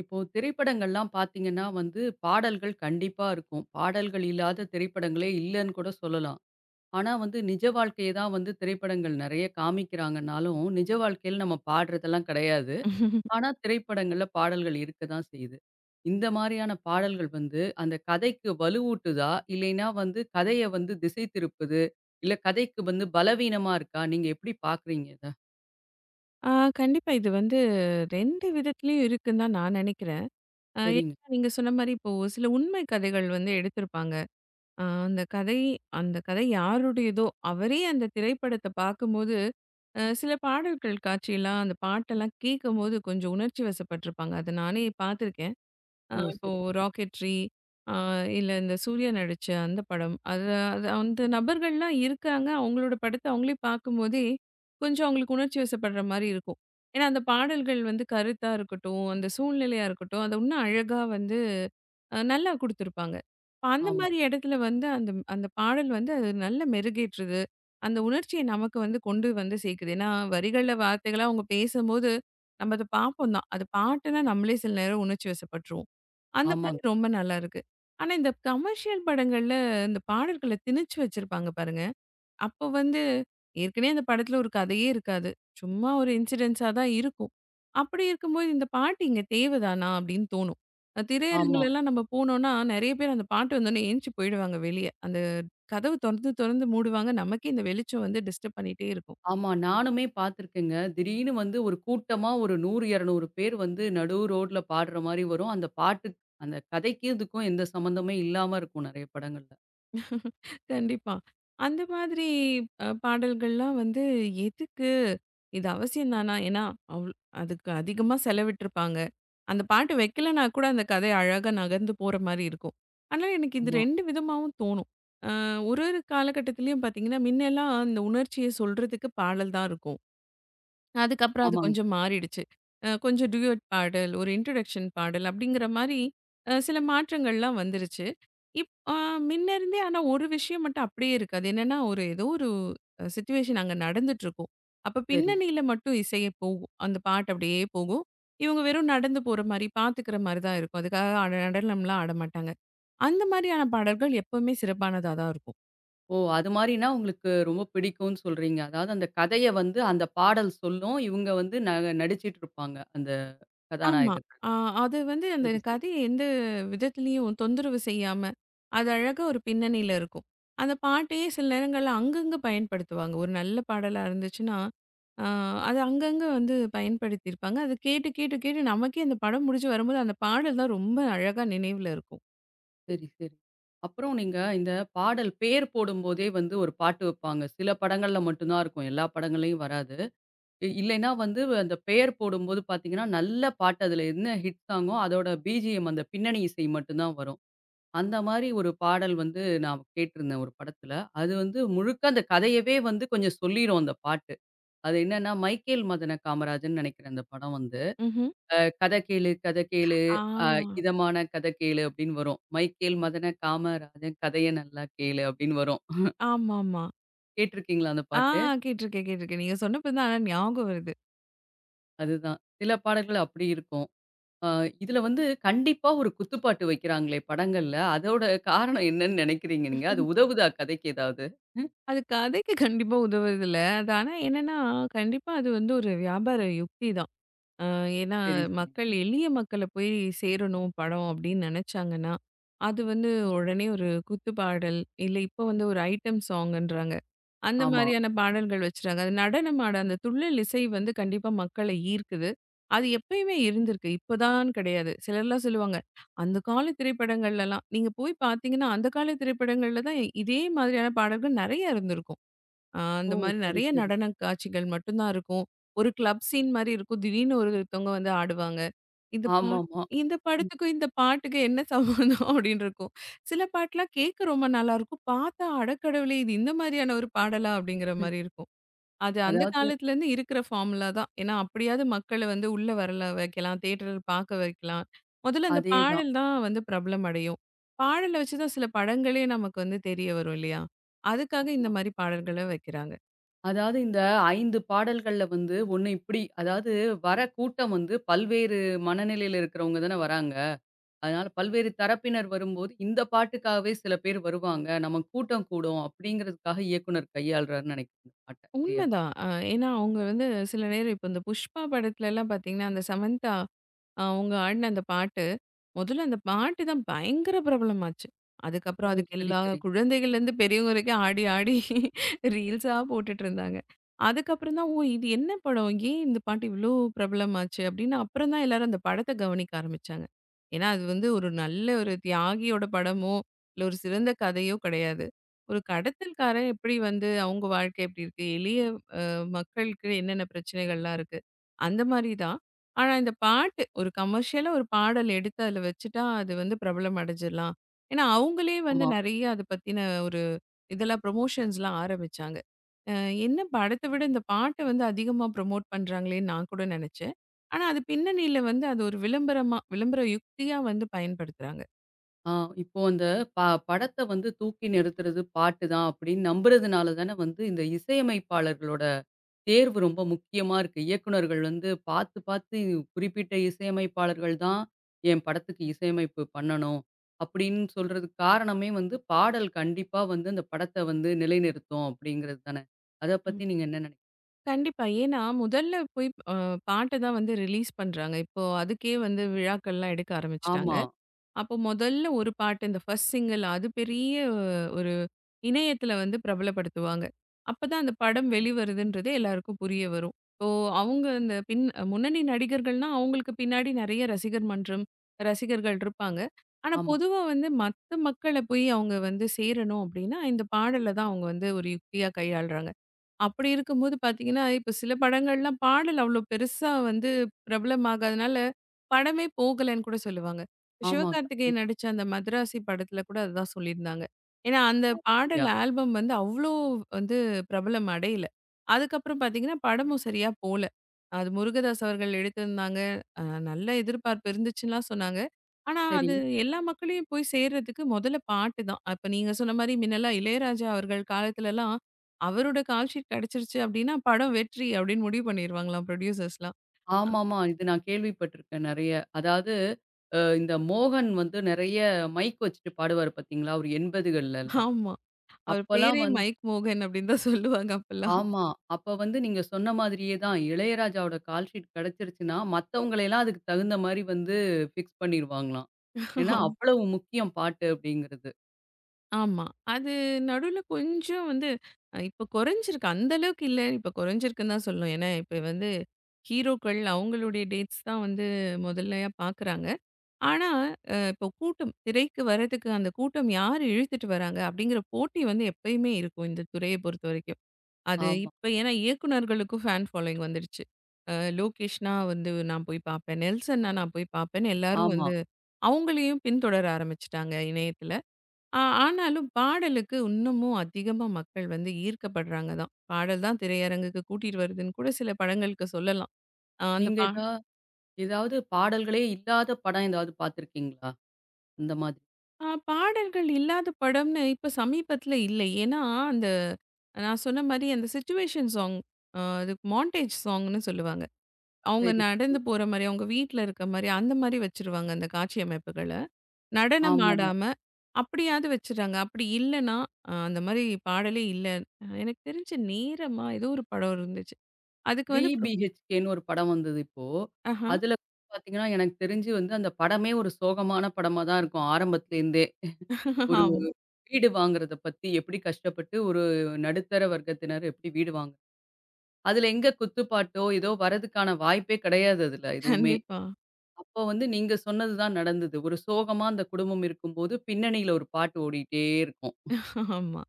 இப்போ திரைப்படங்கள்லாம் பார்த்தீங்கன்னா வந்து பாடல்கள் கண்டிப்பா இருக்கும். பாடல்கள் இல்லாத திரைப்படங்களே இல்லன்னு கூட சொல்லலாம். ஆனா வந்து நிஜ வாழ்க்கைய தான் வந்து திரைப்படங்கள் நெறைய காமிக்கிறாங்கனாலும், நிஜ வாழ்க்கையில நம்ம பாடுறதெல்லாம் கிடையாது. ஆனா திரைப்படங்கள்ல பாடல்கள் இருக்க தான் செய்யுது. இந்த மாரியான பாடல்கள் வந்து அந்த கதைக்கு வலுவூட்டுதா? இல்லைன்னா வந்து கதைய வந்து திசை திருப்புது? இல்ல கதைக்கு வந்து பலவீனமா இருக்கா? நீங்க எப்படி பார்க்குறீங்க இத? ஆ கண்டிப்பா. இது வந்து 2 விதத்துலயும் இருக்குன்னு தான் நான் நெனைக்கிறேன். சரிங்க. ஏன்னா நீங்க சொன்ன மாரி இப்போ ஒரு சில உண்மை கதைகள் வந்து எடுத்திருப்பாங்க. அ அந்த கதை அந்த கதை யாருடையதோ, அவரே அந்த திரைப்படத்த பார்க்கும்போது, சில பாடல்கள் காட்சியெல்லாம் அந்த பாட்டெல்லாம் கேட்கும்போது கொஞ்சம் உணர்ச்சி வசப்பட்டுருப்பாங்க. அத நானே பார்த்துருக்கேன். ஓ! இப்போ சரி, சரி. ராக்கெட்ரி அ இல்ல இந்த சூர்யா நடிச்ச அந்த படம். அது அது அந்த நபர்கள்லாம் இருக்காங்க. அவங்களோட படத்த அவங்களே பார்க்கும்போதே, கொஞ்சம் அவங்களுக்கு உணர்ச்சி வசப்படுற மாரி இருக்கும். ஏன்னா, அந்த பாடல்கள் வந்து கருத்தா இருக்கட்டும், அந்த சூழ்நிலையா இருக்கட்டும், அத இன்னும் அழகா வந்து நல்லா குடுத்துருப்பாங்க. இப்ப அந்த ஆமா. மாரி இடத்துல வந்து அந்த அந்த பாடல் வந்து அது நல்ல மெருகேற்றுது. அந்த உணர்ச்சிய நமக்கு வந்து கொண்டு வந்து சேர்க்குது. ஏன்னா, வரிகள்ல வார்த்தைகளா அவங்க பேசும்போது, நம்ம அத பார்ப்போம் தான். அது பாட்டுனா நம்மளே சில நேரம் உணர்ச்சி வசப்பட்டுருவோம். அந்த மாதிரி ஆமாங்க. ரொம்ப நல்லா இருக்கு. ஆனா, இந்த கமர்ஷியல் படங்கள்ல இந்த பாடல்கள திணிச்சு வச்சிருப்பாங்க பாருங்க. அப்போ வந்து ஏற்கனவே அந்த படத்துல ஒரு கதையே இருக்காது. சும்மா ஒரு இன்சிடென்ட்ஸா தான் இருக்கும். அப்படி இருக்கும்போது இந்த பாட்டு இங்க தேவதானா அப்படின்னு தோணும். அ ம். ஆமா. திரையரங்குலலாம் நம்ம போனோம்னா நெறைய பேர் அந்த பாட்டு வந்தோனே எந்திச்சு போயிடுவாங்க வெளிய. அந்த கதவு தொறந்து தொறந்து மூடுவாங்க. நமக்கே இந்த வெளிச்சம் வந்து டிஸ்டர்ப் பண்ணிட்டே இருக்கும். ஆமா. நானுமே பார்த்துருக்கேங்க. திடீர்னு வந்து ஒரு கூட்டமா ஒரு 100, 200 பேர் வந்து நடு ரோட்ல பாடுற மாரி வரும். அந்த பாட்டு அந்த கதைக்கும் இதுக்கும் எந்த சம்மந்தமே இல்லாம இருக்கும் நெறைய படங்கள்ல. கண்டிப்பா. அந்த மாதிரி பாடல்கள்லாம் வந்து எதுக்கு? இது அவசியம் தானா? ஏன்னா, அவ் அதுக்கு அதிகமா செலவிட்டுருப்பாங்க. அந்த பாட்டு வைக்கலனா கூட அந்த கதை அழகா நகர்ந்து போற மாரி இருக்கும். ஆனா, எனக்கு இது ஆமா, 2 விதமாவும் தோணும். அ ஒரு ஒரு காலகட்டத்திலயும் பார்த்தீங்கன்னா, முன்னெல்லாம் இந்த உணர்ச்சிய சொல்றதுக்கு பாடல் தான் இருக்கும். அதுக்கப்புறம் அது ஆமாங்க. கொஞ்சம் மாறிடுச்சு. கொஞ்சம் டூயட் பாடல், ஒரு இன்ட்ரோடக்ஷன் பாடல் அப்படிங்கிற மாரி சில மாற்றங்கள்லாம் வந்துருச்சு. இப் அ முன்ன இருந்தே ஆனா ஒரு விஷயம் மட்டும் அப்படியே இருக்கு. அது என்னன்னா, ஒரு ஏதோ ஒரு சிச்சுவேஷன் அங்க நடந்துட்டுருக்கும். அப்ப சரி. பின்னணியில மட்டும் இசையே போகும். அந்த பாட்டு அப்படியே போகும். இவங்க வெறும் நடந்து போற மாரி, பார்த்துக்கிற மாரி தான் இருக்கும். அதுக்காக அட நடனம்லாம் ஆட மாட்டாங்க. அந்த மாரியான பாடல்கள் எப்பவுமே சிறப்பானதா தான் இருக்கும். ஓ! அது மாரினா உங்களுக்கு ரொம்ப பிடிக்கும்னு சொல்றீங்க. அதாவது அந்த கதைய வந்து அந்த பாடல் சொல்லும். இவுங்க வந்து நடிச்சிட்டு இருப்பாங்க. அந்த ஆமா. அ கதாநாயகர்கள்லாம். அது வந்து அந்த சரி, சரி, கதைய எந்த விதத்திலயும் தொந்தரவு செய்யாம, அது அழகா ஒரு பின்னணியில இருக்கும். அந்த பாட்டையே சில நேரங்கள்ல அங்கங்க பயன்படுத்துவாங்க. ஒரு நல்ல பாடலா இருந்துச்சுன்னா, அ அது அங்கங்க வந்து பயன்படுத்தியிருப்பாங்க. அது கேட்டு, கேட்டு, கேட்டு நமக்கே அந்த படம் முடிஞ்சு வரும்போது, அந்த பாடல் தான் ரொம்ப அழகா நினைவுல இருக்கும். சரி, சரி. அப்புறம் நீங்க இந்த பாடல் பேர் போடும்போதே வந்து ஒரு பாட்டு வைப்பாங்க. சில படங்கள்ல மட்டும் தான் இருக்கும். எல்லா படங்கள்லயும் வராது. இல்லைன்னா வந்து அந்த பெயர் போடும்போது பார்த்தீங்கன்னா, நல்ல பாட்டு அதில என்ன ஹிட் சாங்கோ, அதோட பிஜிஎம் அந்த பின்னணி இசை மட்டும் தான் வரும். அந்த மாரி ஒரு பாடல் வந்து நான் கேட்டிருந்தேன் ஒரு படத்துல. அது வந்து முழுக்க அந்த கதையவே வந்து கொஞ்சம் சொல்லிரும் அந்த பாட்டு. அது என்னன்னா, மைக்கேல் மதன காமராஜன் நெனைக்கிறேன் அந்த படம் வந்து. ம்ஹ்ம். "கத கேளு கத கேளு ஆ. அ இதமான கத கேளு" அப்படின்னு வரும். "மைக்கேல் மதன காமராஜன் கதைய நல்லா கேளு" அப்படின்னு வரும். ஆமாமா. கேட்டிருக்கீங்களா அந்த ஆ பாட்டு? கேட்டிருக்கேன், கேட்டிருக்கேன். நீங்க சொன்னப்ப தான் ஆனா ஞாபகம் வருது. அதுதான். சில பாடல்கள் அப்படி இருக்கும். ஆ, இதுல வந்து கண்டிப்பா ஒரு குத்துப்பாட்டு வைக்கிறாங்களே படங்கள்ல, அதோட காரணம் என்னன்னு நினைக்கிறீங்க நீங்க? அது உதவுதா கதைக்கு ஏதாவது? ம். அது கதைக்கு கண்டிப்பா உதவுறதில்ல. அது ஆனா என்னன்னா, கண்டிப்பா அது வந்து ஒரு வியாபார யுக்தி தான். அ ஏன்னா, சரி, சரி. எளிய மக்கள போய் சேரணும் படம் அப்படின்னு நெனச்சாங்கன்னா, அது வந்து உடனே ஒரு குத்துப்பாடல், இல்ல இப்ப வந்து ஒரு ஐட்டம் சாங்குன்றாங்க. அந்த ஆமா. மாரியான பாடல்கள் வச்சுட்டாங்க. அது நடனம் ஆட அந்த துள்ளல் இசை வந்து கண்டிப்பா மக்கள ஈர்க்குது. அது எப்பயுமே இருந்திருக்கு. இப்பதான்னு கிடையாது. சிலர்லாம் சொல்லுவாங்க, "அந்த கால திரைப்படங்கள்லலாம்" நீங்க போய் பார்த்தீங்கன்னா, அந்த கால திரைப்படங்கள்ல தான் இதே மாதிரியான பாடல்கள் நெறைய இருந்திருக்கும். அந்த ஓ! மாரி சரி, நெறைய சரி. நடன காட்சிகள் மட்டும் தான் இருக்கும். ஒரு கிளப் சீன் மாரி இருக்கும். திடீர்னு ஒருத்தவங்க வந்து ஆடுவாங்க. இந்த பா ஆமாமா. இந்த படத்துக்கும், இந்த பாட்டுக்கும் என்ன சம்மந்தம் அப்படின்னு இருக்கும். சில பாட்டுலாம் கேட்க ரொம்ப நல்லாயிருக்கும். பார்த்தா அடக்கடவுளே! இது இந்த மாதிரியான ஒரு பாடலா? அப்படிங்கிற மாரி இருக்கும். அது அந்த அதாவது காலத்துலேருந்து இருக்கிற ஃபார்முலா தான். ஏன்னா அப்படியாவது மக்கள வந்து உள்ள வரல வைக்கலாம். தியேட்டர் பார்க்க வைக்கலாம். முதல்ல அந்த அதேதான். பாடல் தான் வந்து பிரபலம் அடையும். பாடல வச்சு தான் சில படங்களே நமக்கு வந்து தெரிய வரும் இல்லையா? அதுக்காக இந்த ஆமா. மாரி பாடல்கள வைக்கிறாங்க. அதாவது இந்த 5 பாடல்கள்ல வந்து 1 இப்டி அதாவது வர கூட்டம் வந்து பல்வேறு மனநிலையில இருக்கிறவங்க தானே வராங்க. அதனால பல்வேறு தரப்பினர் வரும்போது, இந்த பாட்டுக்காகவே சில பேர் வருவாங்க. நம்ம கூட்டம் கூடும் அப்டிங்கிறதுக்காக இயக்குனர் கையாள்றாருன்னு நினைக்கிறேன் இந்த பாட்ட. சரியா? உண்மைதான். ஏன்னா அவங்க வந்து சில நேரம் இப்ப இந்த புஷ்பா படத்துலலாம் பார்த்தீங்கன்னா, அந்த சமந்தா அவங்க ஆடின அந்த பாட்டு, முதல்ல அந்த பாட்டு தான் பயங்கர பிரபலமாச்சு. ஓ! அதுக்கப்புறம் அதுக்கு சரி, எல்லா சரி. குழந்தைகள்லேருந்து பெரியவங்க வரைக்கும் ஆடி, ஆடி ரீல்ஸா போட்டுட்டுருந்தாங்க. அதுக்கப்புறம் தான், "ஓ! இது என்ன படம்? ஏன் இந்த பாட்டு இவ்ளோ பிரபலமாச்சு?" அப்படின்னு அப்புறம் தான் எல்லாரும் அந்த படத்த கவனிக்க ஆரம்பிச்சாங்க. ஏன்னா அது வந்து ஒரு நல்ல ஒரு தியாகியோட படமோ, இல்ல ஒரு சிறந்த கதையோ கிடையாது. ஒரு கடத்தல்காரன் எப்படி வந்து அவங்க வாழ்க்கை எப்படி இருக்கு? எளிய மக்களுக்கு என்னென்ன பிரச்சனைகள்லாம் இருக்கு. அந்த மாரி தான். ஆனா இந்த பாட்டு ஒரு கமர்ஷியலா ஒரு பாடல் எடுத்து அதில வச்சுட்டா, அது வந்து பிரபலம் அடைஞ்சிடலாம். ஏன்னா, அவங்களே வந்து ஆமா. நெறைய அத பத்தின ஒரு இதெல்லாம் ப்ரமோஷன்ஸ்லாம் ஆரம்பிச்சாங்க. அ என்ன படத்த விட இந்த பாட்ட வந்து அதிகமா ப்ரமோட் பண்றாங்களேன்னு நான் கூட நெனச்சேன். ஆனா, அது பின்னணியில வந்து அது ஒரு விளம்பரமா விளம்பர யுக்தியா வந்து பயன்படுத்துறாங்க. ஆ, இப்போ அந்த ப படத்த வந்து தூக்கி நிறுத்துறது பாட்டு தான் அப்படின்னு நம்புறதுனால தானே வந்து இந்த இசையமைப்பாளர்களோட தேர்வு ரொம்ப முக்கியமா இருக்கு. இயக்குனர்கள் வந்து பார்த்து, பார்த்து குறிப்பிட்ட இசையமைப்பாளர்கள் தான் என் படத்துக்கு இசையமைப்பு பண்ணணும். அப்படின்னு சொல்றதுக்கு காரணமே வந்து பாடல் கண்டிப்பா வந்து அந்த படத்த வந்து நிலைநிறுத்தும் அப்படிங்கிறது தானே. அத ம். பத்தி நீங்க என்ன நினைக்கிறீங்க? கண்டிப்பா. ஏன்னா, முதல்ல போய் பாட்ட தான் வந்து ரிலீஸ் பண்றாங்க. இப்போ அதுக்கே வந்து விழாக்கள்லாம் எடுக்க ஆரம்பிச்சுட்டாங்க. ஆமா, அப்போ முதல்ல ஒரு பாட்டு இந்த ஃபர்ஸ்ட் சிங்கிள் அது பெரிய ஒரு இணையத்துல வந்து பிரபலப்படுத்துவாங்க. அப்பதான் அந்த படம் வெளிவருதுன்றதே எல்லாருக்கும் புரிய வரும். இப்போ அவங்க அந்த பின் முன்னணி நடிகர்கள்னா, அவங்களுக்கு பின்னாடி நெறைய ரசிகர் மன்றம், ரசிகர்கள் இருப்பாங்க. ஆனா ஆமா, பொதுவா வந்து மத்த மக்கள போய் அவங்க வந்து சேரணும் அப்டின்னா, இந்த பாடல தான் அவங்க வந்து ஒரு யுக்தியா கையாளுறாங்க. அப்படி இருக்கும்போது பார்த்தீங்கன்னா, இப்ப சில படங்கள்லாம் பாடல் அவ்வளோ பெருசா வந்து பிரபலமாகாதனால, படமே போகலன்னு கூட சொல்லுவாங்க. ஆமா. சிவகார்த்திகேயன் கண்டிப்பா. நடிச்ச அந்த மதராசி படத்துல கூட அதுதான் சொல்லியிருந்தாங்க. ஏன்னா, அந்த பாடல் அப்படியா? ஆல்பம் வந்து அவ்வளோ வந்து பிரபலம் அடையல. அதுக்கப்புறம் பார்த்தீங்கன்னா, படமும் சரியா போல. அது முருகதாஸ் அவர்கள் எடுத்திருந்தாங்க. அ நல்ல எதிர்பார்ப்பு இருந்துச்சுன்னுலாம் சொன்னாங்க. ஆனா, சரி. அது எல்லா மக்களையும் போய் சேர்றதுக்கு முதல்ல பாட்டு தான். அப்ப நீங்க சொன்ன மாரி முன்னலாம் இளையராஜா அவர்கள் காலத்துலலாம் அவரோட கால் ஷீட் கிடைச்சிருச்சு அப்டின்னா, படம் வெற்றி அப்டின்னு முடிவு பண்ணிருவாங்களாம் புரொடியூசர்ஸ்லாம். ஆமாமா. இது நான் கேள்விப்பட்டிருக்கேன் நெறைய. அதாவது இந்த மோகன் வந்து நெறைய மைக் வச்சுட்டு பாடுவாரு பார்த்தீங்களா? ஒரு 80கள்லலாம். ஆமா. அவர் அப்பலாம் பேரே வந்து மைக் மோகன் அப்டின்னு தான் சொல்லுவாங்க அப்பலாம். ஆமா. அப்ப வந்து நீங்க சொன்ன மாதிரியே தான். இளையராஜாவோட கால் ஷீட் கிடைச்சிருச்சுன்னா, மத்தவங்களையெல்லாம் அதுக்கு தகுந்த மாரி வந்து ஃபிக்ஸ் பண்ணிருவாங்களாம். ஏன்னா, ஆம். அவ்வளவு முக்கியம் பாட்டு அப்படிங்கிறது. ஆமா. அது நடுவுல கொஞ்சம் வந்து இப்ப குறைஞ்சிருக்கு. அந்த அளவுக்கு இல்ல. இப்ப குறைஞ்சிருக்குன்னு தான் சொல்லணும். ஏன்னா, இப்ப வந்து ஹீரோக்கள் அவங்களுடைய டேட்ஸ் தான் வந்து முதல்லயா பார்க்குறாங்க. ஆனா, இப்போ கூட்டம் திரைக்கு வரதுக்கு அந்த கூட்டம் யார் இழுத்துட்டு வராங்க? அப்டிங்கிற போட்டி வந்து எப்பயுமே இருக்கும் இந்த துறைய பொறுத்தவரைக்கும். அது ஆமா, இப்ப ஏன்னா இயக்குனர்களுக்கும் ஃபேன் ஃபாலோயிங் வந்துடுச்சு. லோகேஷ்னா வந்து நான் போய் பார்ப்பேன். நெல்சன்னா நான் போய் பார்ப்பேன்னு எல்லாரும் ஆமா. வந்து அவங்களையும் பின்தொடர ஆரம்பிச்சுட்டாங்க இணையத்துல. ஆனாலும் பாடலுக்கு இன்னமும் அதிகமா மக்கள் வந்து ஈர்க்கப்படுறாங்க தான். பாடல் தான் திரையரங்குக்கு கூட்டிட்டு வருதுன்னு கூட சில படங்களுக்கு சொல்லலாம். அ அந்த நீங்க பா எதா ஏதாவது பாடல்களே இல்லாத படம் ஏதாவது பார்த்துருக்கீங்களா? அந்த மாதிரி. அ பாடல்கள் இல்லாத படம்னு இப்ப சமீபத்துல இல்லை. ஏன்னா அந்த நான் சொன்ன மாரி அந்த சிச்சுவேஷன் சாங். அதுக்கு மான்டேஜ் சாங்ன்னு சொல்லுவாங்க. அவங்க சரி, சரி. நடந்து போற மாரி, அவங்க வீட்ல இருக்க மாரி, அந்த மாரி வச்சுருவாங்க அந்த காட்சி அமைப்புகள. நடனம் ஆமாமா. ஆடாம, அப்படியாவது வச்சுர்றாங்க. அப்படி இல்லன்னா, அந்த மாரி பாடலே இல்ல. எனக்கு தெரிஞ்சு நேரமா ஏதோ ஒரு படம் இருந்துச்சு. அதுக்கு த்ரீ வந்து பிஹெச்கேன்னு ஒரு படம் வந்தது இப்போ. ஆஹா. அதுல பார்த்தீங்கன்னா, எனக்கு தெரிஞ்சு வந்து அந்த படமே ஒரு சோகமான படமா தான் இருக்கும் ஆரம்பத்துலேருந்தே. ஒரு ஆமா. வீடு வாங்குறத பத்தி எப்படி கஷ்டப்பட்டு ஒரு நடுத்தர வர்க்கத்தினர் எப்படி வீடு வாங்க அதுல எங்க குத்துப்பாட்டோ, ஏதோ வரதுக்கான வாய்ப்பே கிடையாது அதுல எதுவுமே. கண்டிப்பா. அப்போ வந்து நீங்க சொன்னது தான் நடந்தது. ஒரு சோகமா அந்த குடும்பம் இருக்கும்போது பின்னணியில ஒரு பாட்டு ஓடிட்டே இருக்கும். ஆமா.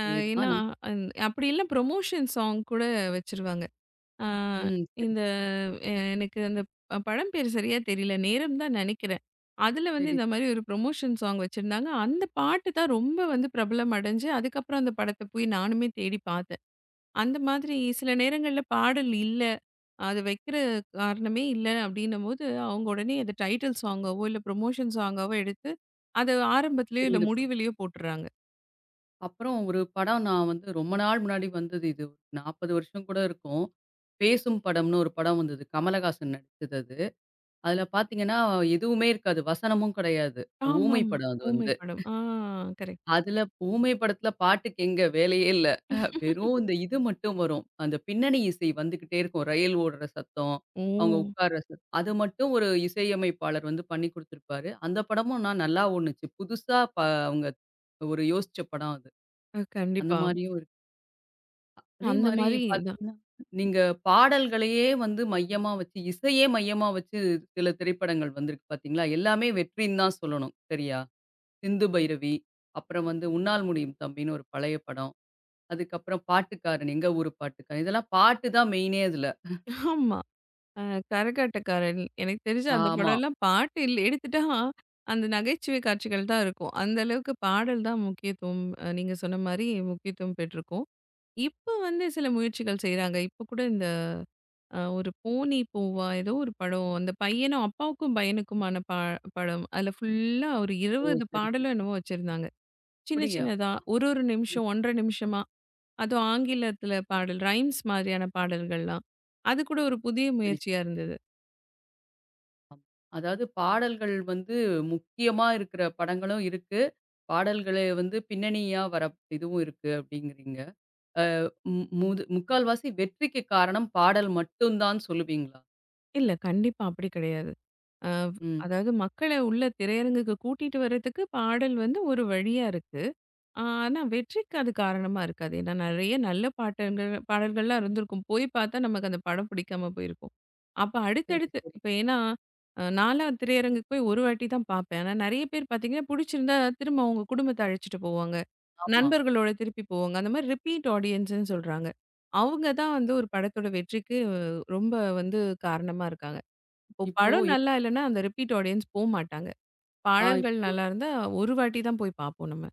அ ஏன்னா, அதேதான். அப்படி இல்ல ப்ரொமோஷன் சாங் கூட வச்சுருவாங்க. ஆ, ம். சரி, இந்த எனக்கு அந்த படம் பேர் சரியா தெரியல. "நேரம்" தான் நெனைக்கிறேன். அதுல வந்து சரி. இந்த மாரி ஒரு புரமோஷன் சாங் வச்சிருந்தாங்க. அந்த பாட்டு தான் ரொம்ப வந்து பிரபலம் அடைஞ்சு, அதுக்கப்புறம் அந்த படத்த போய் நானுமே தேடி பார்த்தேன். அந்த மாதிரி சில நேரங்கள்ல பாடல் இல்ல, அது வைக்கிற காரணமே இல்ல அப்படின்னும்போது, அவங்க உடனே அத டைட்டில் சாங்காவோ, இல்ல புரமோஷன் சாங்காவோ எடுத்து, அத ஆரம்பத்திலயோ இல்ல புரியுது. புரியுது. முடிவிலயோ போட்டுர்றாங்க. அப்புறம் ஒரு படம் நான் வந்து ரொம்ப நாள் முன்னாடி வந்தது. இது 40 வருஷம் கூட இருக்கும். பேசும் படம்ன்னு ஒரு படம் வந்தது. கமலஹாசன் நடிச்சது அது. அதுல பார்த்தீங்கன்னா, எதுவுமே இருக்காது. வசனமும் கிடையாது. ஊமை ஆமாமா. படம் அது ஊமை வந்து. படம். கரெக்ட். அதுல ஊமை படத்துல பாட்டுக்கு எங்க வேலையே இல்ல. வெறும் இந்த இது மட்டும் வரும். அந்த பின்னணி இசை வந்துகிட்டே இருக்கும். ரயில் ஓடுற சத்தம், அவங்க ஓ! உட்கார்ற அது மட்டும் ஒரு இசையமைப்பாளர் வந்து பண்ணி குடுத்திருப்பாரு. அந்த படமும் நான் நல்லா ஓடுனுச்சு. புதுசா அவங்க ஒரு யோசிச்ச படம் அது. அந்த கண்டிப்பா. மாரியும் இருக்கு. அதே அந்த மாரி மாரி பார்த்தீங்கன்னா, நீங்க பாடல்களையே வந்து மையமா வச்சு, இசையே மையமா வச்சு சில திரைப்படங்கள் வந்திருக்கு பார்த்தீங்களா? எல்லாமே வெற்றின்னு தான் சொல்லணும். சரியா? சிந்து பைரவி, அப்புறம் வந்து உன்னால் முடியும் தம்பின்னு ஒரு பழைய படம். அதுக்கப்புறம் பாட்டுக்காரன், எங்க ஊரு பாட்டுக்காரன். இதெல்லாம் பாட்டு தான் மெயினே அதுல. ஆமா. அ கரகாட்டக்காரன். எனக்கு தெரிஞ்சு அந்த ஆமா. படம்லாம் பாட்டு இல்ல எடுத்துட்டா, அந்த நகைச்சுவை காட்சிகள் தான் இருக்கும். அந்த அளவுக்கு பாடல் தான் முக்கியத்துவம் நீங்க சொன்ன மாரி முக்கியத்துவம் பெற்றிருக்கும். இப்ப வந்து சில முயற்சிகள் செய்றாங்க. இப்ப கூட இந்த ஒரு "போனி பூவா" ஏதோ ஒரு படம். அந்த பையனும் அப்பாவுக்கும் பையனுக்குமான ப படம். அதுல ஃபுல்லா ஒரு ஓ! 20 சரி, பாடலோ சரி. என்னமோ வச்சிருந்தாங்க. சின்ன அப்படியா? சின்னதா, ஒரு ஒரு ம். நிமிஷம், 1½ நிமிஷமா, அதுவும் ஆங்கிலத்தில பாடல் ரைம்ஸ் மாரியான பாடல்கள்லாம். அது கூட ஒரு புதிய சரி. முயற்சியா இருந்தது. அதாவது பாடல்கள் வந்து முக்கியமா இருக்கிற படங்களும் இருக்கு. பாடல்களே வந்து பின்னணியா வர இதுவும் இருக்கு அப்படிங்கிறீங்க. ம் முது முக்கால்வாசி வெற்றிக்கு காரணம் பாடல் மட்டும் தான் சொல்லுவீங்களா? இல்ல. கண்டிப்பா அப்படி கிடையாது. அ ம். அதாவது மக்கள உள்ள திரையரங்குக்கு கூட்டிட்டு வர்றதுக்கு பாடல் வந்து ஒரு வழியா இருக்கு. ஆ, ஆனா வெற்றிக்கு அது காரணமா இருக்காது. ஏன்னா நெறைய நல்ல பாட்டங்கள் பாடல்கள்லாம் இருந்திருக்கும். போய் பார்த்தா நமக்கு அந்த படம் பிடிக்காம போயிருக்கும். அப்ப சரி, அடுத்தடுத்து சரி. இப்ப ஏன்னா நான்லாம் திரையரங்குக்கு போய் ஒரு வாட்டி தான் பார்ப்பேன். ஆனா நெறைய பேர் பார்த்தீங்கன்னா, பிடிச்சிருந்தா திரும்ப அவங்க குடும்பத்த அழைச்சிட்டு போவாங்க. ஆமா. நண்பர்களோட திருப்பி போவாங்க. அந்த மாரி ரிப்பீட் ஆடியன்ஸ்ன்னு சொல்றாங்க. அவங்க தான் வந்து ஒரு படத்தோட வெற்றிக்கு ரொம்ப வந்து காரணமா இருக்காங்க. இப்போ இப்போ படம் யோ நல்லா இல்லன்னா, அந்த ரிப்பீட் ஆடியன்ஸ் போமாட்டாங்க. ஆ பாடல்கள் இப்போ நல்லா இருந்தா ஒரு வாட்டி தான் போய் பார்ப்போம் நம்ம.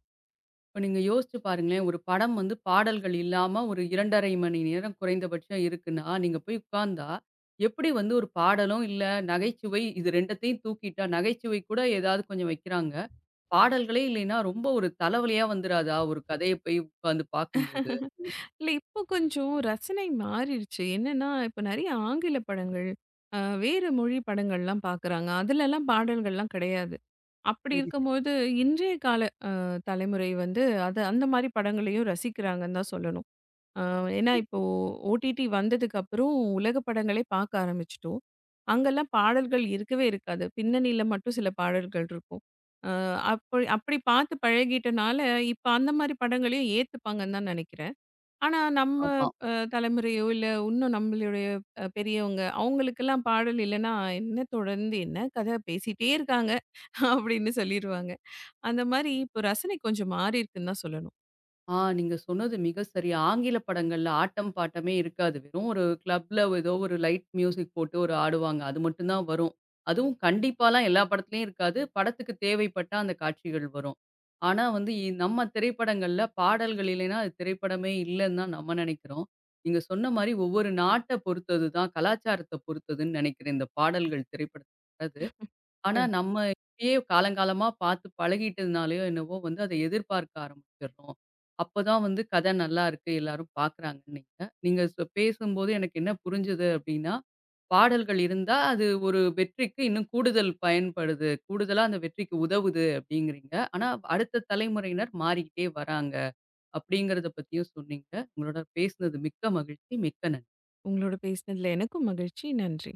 இப்ப நீங்க யோசிச்சு பாருங்களேன். ஒரு படம் வந்து பாடல்கள் இல்லாம ஒரு 2 1/2 மணி நேரம் குறைந்தபட்சம் இருக்குன்னா, நீங்க போய் உட்கார்ந்தா, எப்படி வந்து ஒரு பாடலும் இல்ல, நகைச்சுவை இது 2த்தையும் தூக்கிட்டா, நகைச்சுவை கூட ஏதாவது கொஞ்சம் வைக்கிறாங்க. பாடல்களே இல்லைன்னா, ரொம்ப ஒரு தலைவலியா வந்துராதா? ஒரு கதைய போய் உட்கார்ந்து பார்க்கும்போது. இல்ல இப்போ கொஞ்சம் ரசனை மாறிடுச்சு. என்னன்னா, இப்ப நெறைய ஆங்கில படங்கள், வேறு மொழி படங்கள்லாம் பார்க்குறாங்க. அதுலலாம் பாடல்கள்லாம் கிடையாது. அப்படி சரி, சரி. இருக்கும்போது, இன்றைய கால அ தலைமுறை வந்து அது அந்த மாரி படங்களையும் ரசிக்கிறாங்கன்னு தான் சொல்லணும். அ ஏன்னா இப்போ OTT வந்ததுக்கு அப்புறம் உலக படங்களே பார்க்க ஆரம்பிச்சுட்டோம். அங்கலாம் பாடல்கள் இருக்கவே இருக்காது. பின்னணியில மட்டும் சில பாடல்கள் இருக்கும். அ அப்படி அப்படி பார்த்து பழகிட்டனால, இப்ப அந்த மாரி படங்களையும் ஏத்துப்பாங்கன்னு தான் நெனைக்கிறேன். ஆனா, நம்ம ஆமா. தலைமுறையோ, இல்ல இன்னும் நம்மளுடைய பெரியவங்க, அவங்களுக்கெல்லாம் பாடல் இல்லன்னா, "என்ன தொடர்ந்து என்ன கதை பேசிட்டே இருக்காங்க" அப்படின்னு சொல்லிருவாங்க. அந்த மாரி இப்போ ரசனை கொஞ்சம் மாறியிருக்குன்னு தான் சொல்லணும். ஆ, நீங்க சொன்னது மிக சரி. ஆங்கில படங்கள்ல ஆட்டம், பாட்டமே இருக்காது. வெறும் ஒரு கிளப்ல ஏதோ ஒரு லைட் மியூசிக் போட்டு ஒரு ஆடுவாங்க. அது மட்டும் தான் வரும். அதுவும் கண்டிப்பாலாம் எல்லா படத்துலயும் இருக்காது. படத்துக்கு தேவைப்பட்டா அந்த காட்சிகள் வரும். ஆனா வந்து நம்ம திரைப்படங்கள்ல பாடல்கள் இல்லைன்னா, அது திரைப்படமே இல்லன்னு தான் நம்ம நெனைக்கிறோம். நீங்க சொன்ன மாரி ஒவ்வொரு நாட்ட பொறுத்தது தான், கலாச்சாரத்த பொறுத்ததுன்னு நெனைக்கிறேன். இந்த பாடல்கள் திரைப்படத்துக்கு வர்றது. ஆனா, கண் நம்ம இப்பயே காலங்காலமா பார்த்து பழகிட்டதுனாலயோ என்னவோ வந்து அத எதிர்பார்க்க ஆரம்பிச்சிடுறோம். அப்பதான் வந்து கதை நல்லாருக்கு, எல்லாரும் பார்க்குறாங்கன்னீங்க. நீங்க நீங்க சொ பேசும்போது எனக்கு என்ன புரிஞ்சது அப்டின்னா, பாடல்கள் இருந்தா அது ஒரு வெற்றிக்கு இன்னும் கூடுதல் பயன்படுது. கூடுதலா அந்த வெற்றிக்கு உதவுது அப்டிங்கிறீங்க. ஆனா, அடுத்த தலைமுறையினர் மாறிக்கிட்டே வராங்க. அப்டிங்கிறத பத்தியும் சொன்னீங்க. உங்களோட பேசுனது மிக்க மகிழ்ச்சி. மிக்க நன்றி. உங்களோட பேசினதுல எனக்கும் மகிழ்ச்சி. நன்றி.